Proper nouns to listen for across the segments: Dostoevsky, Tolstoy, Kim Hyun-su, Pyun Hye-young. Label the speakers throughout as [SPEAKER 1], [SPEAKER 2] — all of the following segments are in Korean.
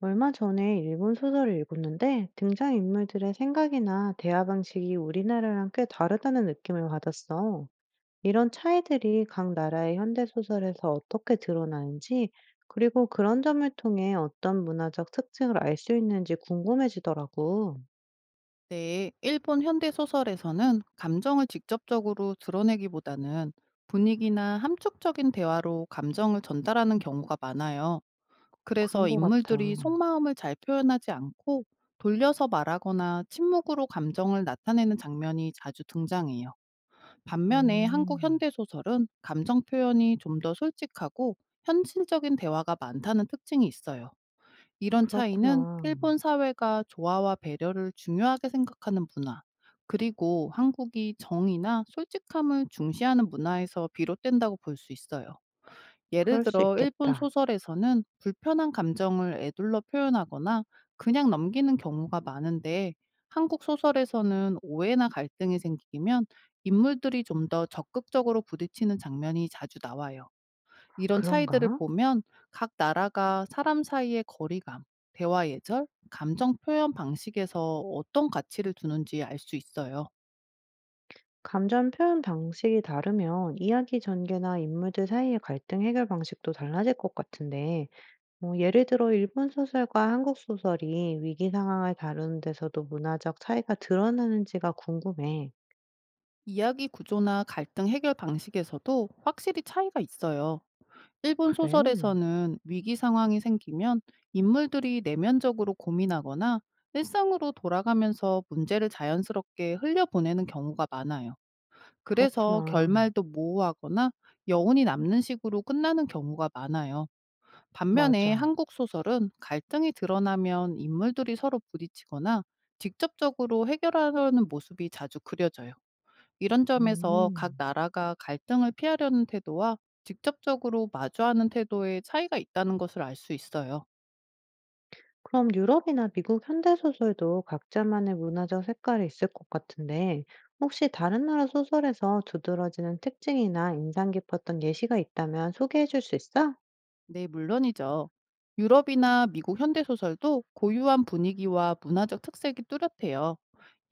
[SPEAKER 1] 얼마 전에 일본 소설을 읽었는데 등장인물들의 생각이나 대화 방식이 우리나라랑 꽤 다르다는 느낌을 받았어. 이런 차이들이 각 나라의 현대 소설에서 어떻게 드러나는지, 그리고 그런 점을 통해 어떤 문화적 특징을 알 수 있는지 궁금해지더라고.
[SPEAKER 2] 네, 일본 현대 소설에서는 감정을 직접적으로 드러내기보다는 분위기나 함축적인 대화로 감정을 전달하는 경우가 많아요.
[SPEAKER 1] 그런
[SPEAKER 2] 그래서
[SPEAKER 1] 거 같아.
[SPEAKER 2] 인물들이 속마음을 잘 표현하지 않고 돌려서 말하거나 침묵으로 감정을 나타내는 장면이 자주 등장해요. 반면에 한국
[SPEAKER 1] 음,
[SPEAKER 2] 현대 소설은 감정 표현이 좀 더 솔직하고 현실적인 대화가 많다는 특징이 있어요. 이런 차이는
[SPEAKER 1] 그렇구나.
[SPEAKER 2] 일본 사회가 조화와 배려를 중요하게 생각하는 문화, 그리고 한국이 정의나 솔직함을 중시하는 문화에서 비롯된다고 볼 수 있어요. 예를
[SPEAKER 1] 그럴 수
[SPEAKER 2] 들어 일본
[SPEAKER 1] 있겠다.
[SPEAKER 2] 소설에서는 불편한 감정을 애둘러 표현하거나 그냥 넘기는 경우가 많은데, 한국 소설에서는 오해나 갈등이 생기면 인물들이 좀 더 적극적으로 부딪히는 장면이 자주 나와요. 이런 차이들을
[SPEAKER 1] 그런가?
[SPEAKER 2] 보면 각 나라가 사람 사이의 거리감, 대화 예절, 감정 표현 방식에서 어떤 가치를 두는지 알 수 있어요.
[SPEAKER 1] 감정 표현 방식이 다르면 이야기 전개나 인물들 사이의 갈등 해결 방식도 달라질 것 같은데, 뭐 예를 들어 일본 소설과 한국 소설이 위기 상황을 다루는 데서도 문화적 차이가 드러나는지가 궁금해.
[SPEAKER 2] 이야기 구조나 갈등 해결 방식에서도 확실히 차이가 있어요. 일본
[SPEAKER 1] 그래,
[SPEAKER 2] 소설에서는 위기 상황이 생기면 인물들이 내면적으로 고민하거나 일상으로 돌아가면서 문제를 자연스럽게 흘려보내는 경우가 많아요. 그래서
[SPEAKER 1] 그렇구나.
[SPEAKER 2] 결말도 모호하거나 여운이 남는 식으로 끝나는 경우가 많아요. 반면에
[SPEAKER 1] 맞아.
[SPEAKER 2] 한국 소설은 갈등이 드러나면 인물들이 서로 부딪히거나 직접적으로 해결하려는 모습이 자주 그려져요. 이런 점에서 각
[SPEAKER 1] 음.
[SPEAKER 2] 나라가 갈등을 피하려는 태도와 직접적으로 마주하는 태도의 차이가 있다는 것을 알 수 있어요.
[SPEAKER 1] 그럼 유럽이나 미국 현대 소설도 각자만의 문화적 색깔이 있을 것 같은데, 혹시 다른 나라 소설에서 두드러지는 특징이나 인상 깊었던 예시가 있다면 소개해 줄 수 있어?
[SPEAKER 2] 네, 물론이죠. 유럽이나 미국 현대소설도 고유한 분위기와 문화적 특색이 뚜렷해요.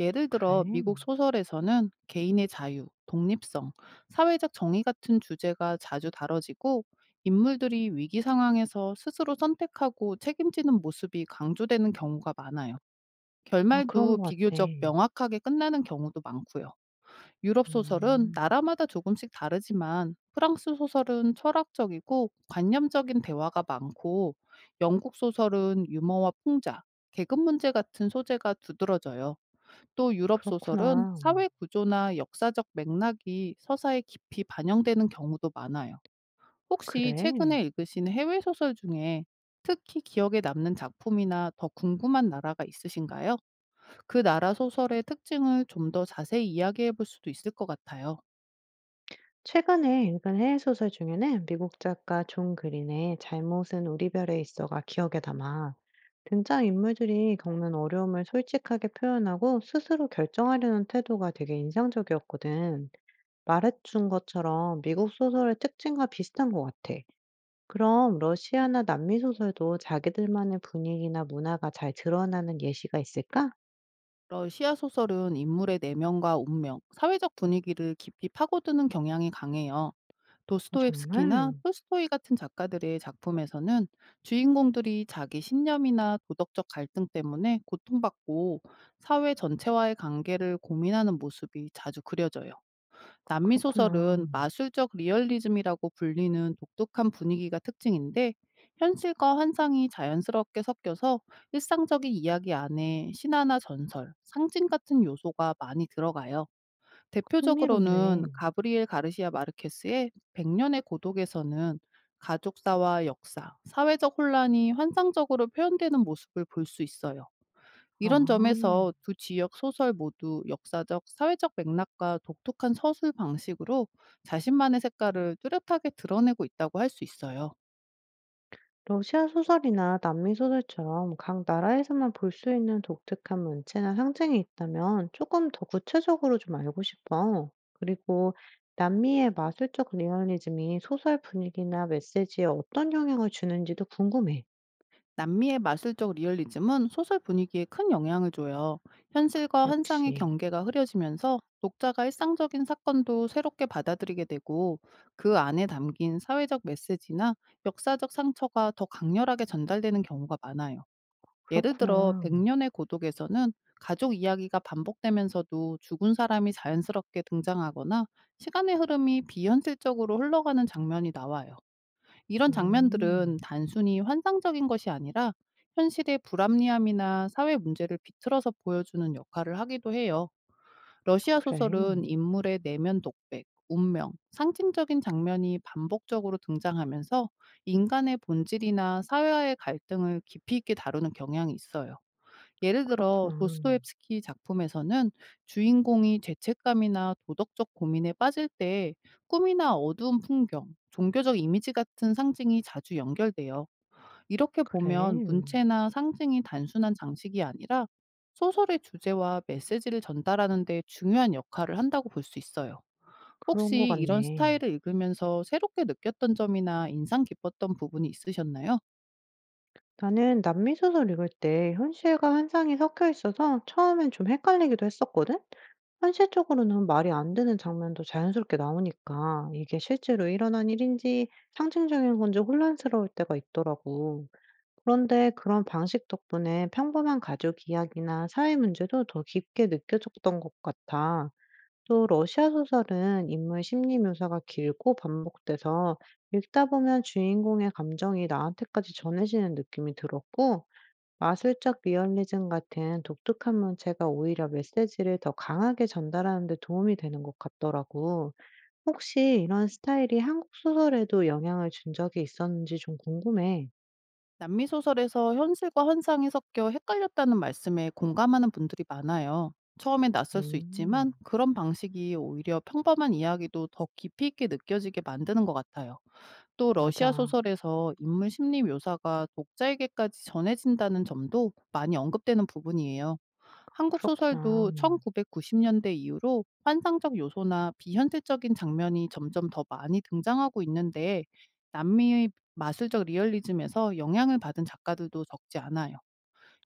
[SPEAKER 2] 예를 들어, 미국
[SPEAKER 1] 그래?
[SPEAKER 2] 소설에서는 개인의 자유, 독립성, 사회적 정의 같은 주제가 자주 다뤄지고, 인물들이 위기 상황에서 스스로 선택하고 책임지는 모습이 강조되는 경우가 많아요.
[SPEAKER 1] 아 그런
[SPEAKER 2] 결말도
[SPEAKER 1] 것 같아.
[SPEAKER 2] 비교적 명확하게 끝나는 경우도 많고요. 유럽 소설은
[SPEAKER 1] 음.
[SPEAKER 2] 나라마다 조금씩 다르지만, 프랑스 소설은 철학적이고 관념적인 대화가 많고, 영국 소설은 유머와 풍자, 계급 문제 같은 소재가 두드러져요. 또 유럽 소설은
[SPEAKER 1] 그렇구나.
[SPEAKER 2] 사회 구조나 역사적 맥락이 서사에 깊이 반영되는 경우도 많아요. 혹시
[SPEAKER 1] 그래?
[SPEAKER 2] 최근에 읽으신 해외 소설 중에 특히 기억에 남는 작품이나 더 궁금한 나라가 있으신가요? 그 나라 소설의 특징을 좀 더 자세히 이야기해 볼 수도 있을 것 같아요.
[SPEAKER 1] 최근에 읽은 해외 소설 중에는 미국 작가 존 그린의 잘못은 우리 별에 있어가 기억에 남아. 등장인물들이 겪는 어려움을 솔직하게 표현하고 스스로 결정하려는 태도가 되게 인상적이었거든. 말해준 것처럼 미국 소설의 특징과 비슷한 것 같아. 그럼 러시아나 남미 소설도 자기들만의 분위기나 문화가 잘 드러나는 예시가 있을까?
[SPEAKER 2] 러시아 소설은 인물의 내면과 운명, 사회적 분위기를 깊이 파고드는 경향이 강해요.
[SPEAKER 1] 아,
[SPEAKER 2] 도스토옙스키나
[SPEAKER 1] 정말?
[SPEAKER 2] 톨스토이 같은 작가들의 작품에서는 주인공들이 자기 신념이나 도덕적 갈등 때문에 고통받고, 사회 전체와의 관계를 고민하는 모습이 자주 그려져요. 남미
[SPEAKER 1] 그렇구나.
[SPEAKER 2] 소설은 마술적 리얼리즘이라고 불리는 독특한 분위기가 특징인데, 현실과 환상이 자연스럽게 섞여서 일상적인 이야기 안에 신화나 전설, 상징 같은 요소가 많이 들어가요.
[SPEAKER 1] 흥미롭네.
[SPEAKER 2] 대표적으로는 가브리엘 가르시아 마르케스의 백년의 고독에서는 가족사와 역사, 사회적 혼란이 환상적으로 표현되는 모습을 볼 수 있어요.
[SPEAKER 1] 아.
[SPEAKER 2] 이런 점에서 두 지역 소설 모두 역사적, 사회적 맥락과 독특한 서술 방식으로 자신만의 색깔을 뚜렷하게 드러내고 있다고 할 수 있어요.
[SPEAKER 1] 러시아 소설이나 남미 소설처럼 각 나라에서만 볼 수 있는 독특한 문체나 상징이 있다면 조금 더 구체적으로 좀 알고 싶어. 그리고 남미의 마술적 리얼리즘이 소설 분위기나 메시지에 어떤 영향을 주는지도 궁금해.
[SPEAKER 2] 남미의 마술적 리얼리즘은 소설 분위기에 큰 영향을 줘요. 현실과 환상의
[SPEAKER 1] 역시.
[SPEAKER 2] 경계가 흐려지면서 독자가 일상적인 사건도 새롭게 받아들이게 되고, 그 안에 담긴 사회적 메시지나 역사적 상처가 더 강렬하게 전달되는 경우가 많아요. 예를 들어
[SPEAKER 1] 그렇구나.
[SPEAKER 2] 백년의 고독에서는 가족 이야기가 반복되면서도 죽은 사람이 자연스럽게 등장하거나 시간의 흐름이 비현실적으로 흘러가는 장면이 나와요. 이런
[SPEAKER 1] 음.
[SPEAKER 2] 장면들은 단순히 환상적인 것이 아니라 현실의 불합리함이나 사회 문제를 비틀어서 보여주는 역할을 하기도 해요. 러시아
[SPEAKER 1] 그래.
[SPEAKER 2] 소설은 인물의 내면 독백, 운명, 상징적인 장면이 반복적으로 등장하면서 인간의 본질이나 사회와의 갈등을 깊이 있게 다루는 경향이 있어요. 예를 들어
[SPEAKER 1] 그렇구나.
[SPEAKER 2] 도스토옙스키 작품에서는 주인공이 죄책감이나 도덕적 고민에 빠질 때 꿈이나 어두운 풍경, 종교적 이미지 같은 상징이 자주 연결돼요. 이렇게 보면
[SPEAKER 1] 그래.
[SPEAKER 2] 문체나 상징이 단순한 장식이 아니라 소설의 주제와 메시지를 전달하는 데 중요한 역할을 한다고 볼 수 있어요.
[SPEAKER 1] 그런 것
[SPEAKER 2] 혹시 이런
[SPEAKER 1] 같네.
[SPEAKER 2] 스타일을 읽으면서 새롭게 느꼈던 점이나 인상 깊었던 부분이 있으셨나요?
[SPEAKER 1] 나는 남미 소설 읽을 때 현실과 환상이 섞여 있어서 처음엔 좀 헷갈리기도 했었거든? 현실적으로는 말이 안 되는 장면도 자연스럽게 나오니까 이게 실제로 일어난 일인지 상징적인 건지 혼란스러울 때가 있더라고. 그런데 그런 방식 덕분에 평범한 가족 이야기나 사회 문제도 더 깊게 느껴졌던 것 같아. 또 러시아 소설은 인물 심리 묘사가 길고 반복돼서 읽다 보면 주인공의 감정이 나한테까지 전해지는 느낌이 들었고, 마술적 리얼리즘 같은 독특한 문체가 오히려 메시지를 더 강하게 전달하는 데 도움이 되는 것 같더라고. 혹시 이런 스타일이 한국 소설에도 영향을 준 적이 있었는지 좀 궁금해.
[SPEAKER 2] 남미 소설에서 현실과 환상이 섞여 헷갈렸다는 말씀에 공감하는 분들이 많아요. 처음엔 낯설 수
[SPEAKER 1] 음,
[SPEAKER 2] 있지만 그런 방식이 오히려 평범한 이야기도 더 깊이 있게 느껴지게 만드는 것 같아요. 또 러시아
[SPEAKER 1] 맞아.
[SPEAKER 2] 소설에서 인물 심리 묘사가 독자에게까지 전해진다는 점도 많이 언급되는 부분이에요. 한국
[SPEAKER 1] 그렇구나.
[SPEAKER 2] 소설도 1990년대 이후로 환상적 요소나 비현실적인 장면이 점점 더 많이 등장하고 있는데, 남미의 마술적 리얼리즘에서 영향을 받은 작가들도 적지 않아요.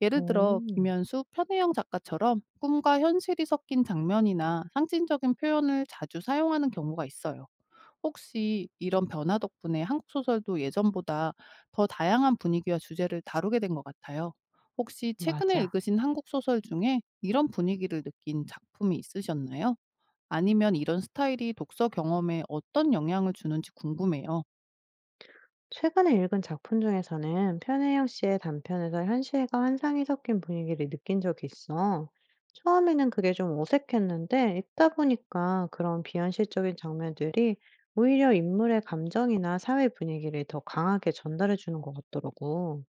[SPEAKER 2] 예를 들어
[SPEAKER 1] 오,
[SPEAKER 2] 김현수, 편혜영 작가처럼 꿈과 현실이 섞인 장면이나 상징적인 표현을 자주 사용하는 경우가 있어요. 혹시 이런 변화 덕분에 한국 소설도 예전보다 더 다양한 분위기와 주제를 다루게 된 것 같아요. 혹시 최근에
[SPEAKER 1] 맞아.
[SPEAKER 2] 읽으신 한국 소설 중에 이런 분위기를 느낀 작품이 있으셨나요? 아니면 이런 스타일이 독서 경험에 어떤 영향을 주는지 궁금해요.
[SPEAKER 1] 최근에 읽은 작품 중에서는 편혜영 씨의 단편에서 현실과 환상이 섞인 분위기를 느낀 적이 있어. 처음에는 그게 좀 어색했는데 읽다 보니까 그런 비현실적인 장면들이 오히려 인물의 감정이나 사회 분위기를 더 강하게 전달해 주는 것 같더라고.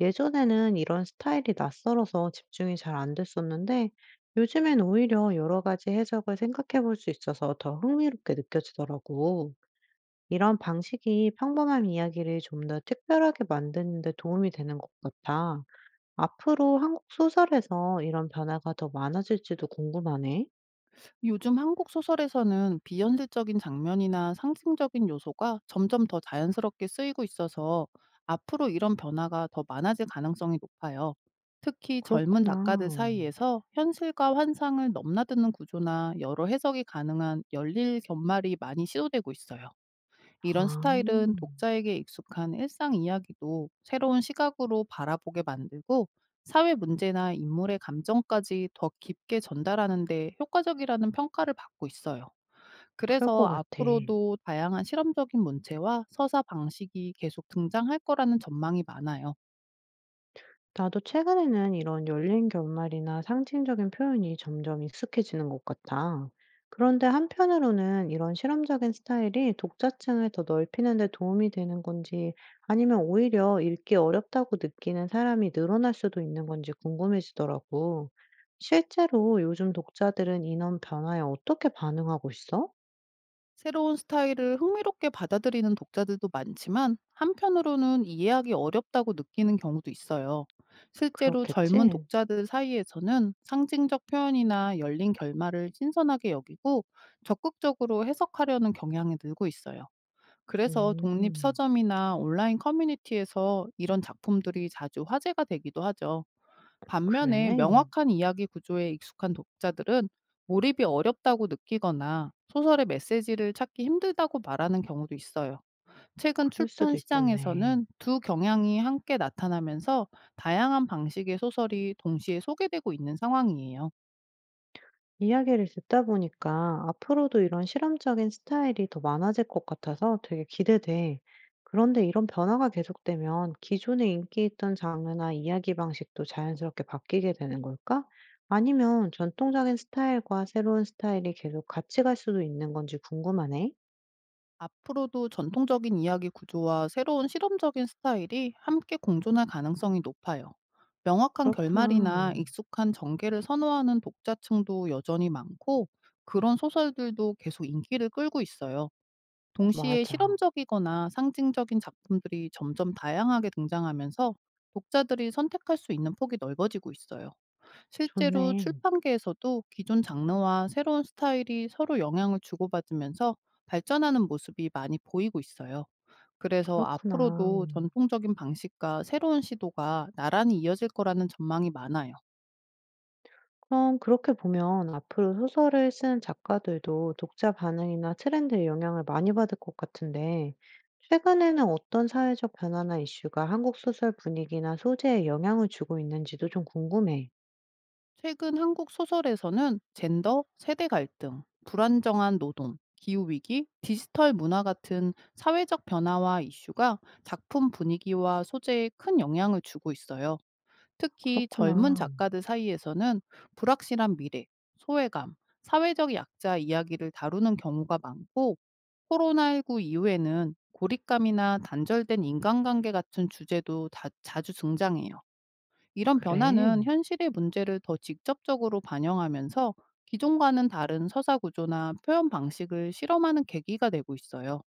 [SPEAKER 1] 예전에는 이런 스타일이 낯설어서 집중이 잘 안 됐었는데 요즘엔 오히려 여러 가지 해석을 생각해 볼 수 있어서 더 흥미롭게 느껴지더라고. 이런 방식이 평범한 이야기를 좀 더 특별하게 만드는 데 도움이 되는 것 같아. 앞으로 한국 소설에서 이런 변화가 더 많아질지도 궁금하네.
[SPEAKER 2] 요즘 한국 소설에서는 비현실적인 장면이나 상징적인 요소가 점점 더 자연스럽게 쓰이고 있어서, 앞으로 이런 변화가 더 많아질 가능성이 높아요. 특히 젊은 작가들
[SPEAKER 1] 그렇구나.
[SPEAKER 2] 사이에서 현실과 환상을 넘나드는 구조나 여러 해석이 가능한 열릴 결말이 많이 시도되고 있어요. 이런
[SPEAKER 1] 아,
[SPEAKER 2] 스타일은 독자에게 익숙한 일상 이야기도 새로운 시각으로 바라보게 만들고, 사회 문제나 인물의 감정까지 더 깊게 전달하는 데 효과적이라는 평가를 받고 있어요.
[SPEAKER 1] 그럴
[SPEAKER 2] 그래서
[SPEAKER 1] 것 같아.
[SPEAKER 2] 앞으로도 다양한 실험적인 문체와 서사 방식이 계속 등장할 거라는 전망이 많아요.
[SPEAKER 1] 나도 최근에는 이런 열린 결말이나 상징적인 표현이 점점 익숙해지는 것 같아. 그런데 한편으로는 이런 실험적인 스타일이 독자층을 더 넓히는 데 도움이 되는 건지 아니면 오히려 읽기 어렵다고 느끼는 사람이 늘어날 수도 있는 건지 궁금해지더라고. 실제로 요즘 독자들은 이원 변화에 어떻게 반응하고 있어?
[SPEAKER 2] 새로운 스타일을 흥미롭게 받아들이는 독자들도 많지만, 한편으로는 이해하기 어렵다고 느끼는 경우도 있어요. 실제로 젊은
[SPEAKER 1] 그렇겠지?
[SPEAKER 2] 독자들 사이에서는 상징적 표현이나 열린 결말을 신선하게 여기고 적극적으로 해석하려는 경향이 늘고 있어요. 그래서 독립
[SPEAKER 1] 음,
[SPEAKER 2] 서점이나 온라인 커뮤니티에서 이런 작품들이 자주 화제가 되기도 하죠.
[SPEAKER 1] 그래.
[SPEAKER 2] 반면에 명확한 이야기 구조에 익숙한 독자들은 몰입이 어렵다고 느끼거나 소설의 메시지를 찾기 힘들다고 말하는 경우도 있어요. 최근
[SPEAKER 1] 그럴
[SPEAKER 2] 출판
[SPEAKER 1] 수도 있겠네.
[SPEAKER 2] 시장에서는 두 경향이 함께 나타나면서 다양한 방식의 소설이 동시에 소개되고 있는 상황이에요.
[SPEAKER 1] 이야기를 듣다 보니까 앞으로도 이런 실험적인 스타일이 더 많아질 것 같아서 되게 기대돼. 그런데 이런 변화가 계속되면 기존에 인기 있던 장르나 이야기 방식도 자연스럽게 바뀌게 되는 걸까? 아니면 전통적인 스타일과 새로운 스타일이 계속 같이 갈 수도 있는 건지 궁금하네.
[SPEAKER 2] 앞으로도 전통적인 이야기 구조와 새로운 실험적인 스타일이 함께 공존할 가능성이 높아요. 명확한
[SPEAKER 1] 그렇구나.
[SPEAKER 2] 결말이나 익숙한 전개를 선호하는 독자층도 여전히 많고, 그런 소설들도 계속 인기를 끌고 있어요. 동시에
[SPEAKER 1] 맞아.
[SPEAKER 2] 실험적이거나 상징적인 작품들이 점점 다양하게 등장하면서 독자들이 선택할 수 있는 폭이 넓어지고 있어요. 실제로
[SPEAKER 1] 좋네.
[SPEAKER 2] 출판계에서도 기존 장르와 새로운 스타일이 서로 영향을 주고받으면서 발전하는 모습이 많이 보이고 있어요. 그래서
[SPEAKER 1] 그렇구나.
[SPEAKER 2] 앞으로도 전통적인 방식과 새로운 시도가 나란히 이어질 거라는 전망이 많아요.
[SPEAKER 1] 그럼 그렇게 보면 앞으로 소설을 쓰는 작가들도 독자 반응이나 트렌드의 영향을 많이 받을 것 같은데, 최근에는 어떤 사회적 변화나 이슈가 한국 소설 분위기나 소재에 영향을 주고 있는지도 좀 궁금해.
[SPEAKER 2] 최근 한국 소설에서는 젠더, 세대 갈등, 불안정한 노동, 기후위기, 디지털 문화 같은 사회적 변화와 이슈가 작품 분위기와 소재에 큰 영향을 주고 있어요. 특히 젊은
[SPEAKER 1] 그렇구나.
[SPEAKER 2] 작가들 사이에서는 불확실한 미래, 소외감, 사회적 약자 이야기를 다루는 경우가 많고, 코로나19 이후에는 고립감이나 단절된 인간관계 같은 주제도 자주 등장해요. 이런 변화는
[SPEAKER 1] 그래.
[SPEAKER 2] 현실의 문제를 더 직접적으로 반영하면서 기존과는 다른 서사 구조나 표현 방식을 실험하는 계기가 되고 있어요.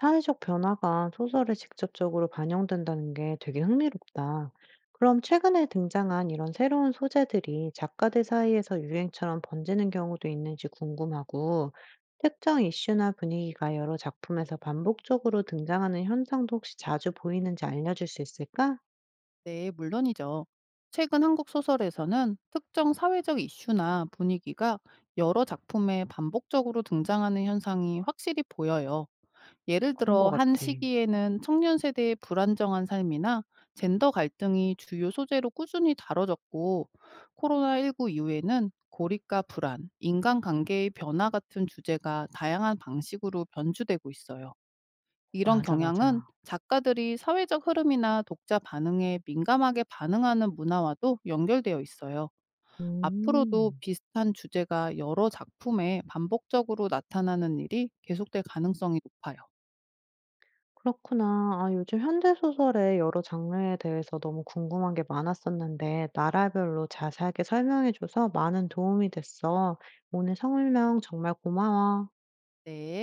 [SPEAKER 1] 사회적 변화가 소설에 직접적으로 반영된다는 게 되게 흥미롭다. 그럼 최근에 등장한 이런 새로운 소재들이 작가들 사이에서 유행처럼 번지는 경우도 있는지 궁금하고, 특정 이슈나 분위기가 여러 작품에서 반복적으로 등장하는 현상도 혹시 자주 보이는지 알려줄 수 있을까?
[SPEAKER 2] 네, 물론이죠. 최근 한국 소설에서는 특정 사회적 이슈나 분위기가 여러 작품에 반복적으로 등장하는 현상이 확실히 보여요. 예를
[SPEAKER 1] 그런 것
[SPEAKER 2] 들어, 한
[SPEAKER 1] 같아.
[SPEAKER 2] 시기에는 청년 세대의 불안정한 삶이나 젠더 갈등이 주요 소재로 꾸준히 다뤄졌고, 코로나19 이후에는 고립과 불안, 인간관계의 변화 같은 주제가 다양한 방식으로 변주되고 있어요. 이런
[SPEAKER 1] 맞아,
[SPEAKER 2] 경향은
[SPEAKER 1] 맞아.
[SPEAKER 2] 작가들이 사회적 흐름이나 독자 반응에 민감하게 반응하는 문화와도 연결되어 있어요. 앞으로도
[SPEAKER 1] 음.
[SPEAKER 2] 비슷한 주제가 여러 작품에 반복적으로 나타나는 일이 계속될 가능성이 높아요.
[SPEAKER 1] 그렇구나. 아 요즘 현대 소설의 여러 장르에 대해서 너무 궁금한 게 많았었는데 나라별로 자세하게 설명해 줘서 많은 도움이 됐어. 오늘 설명 정말 고마워.
[SPEAKER 2] 네.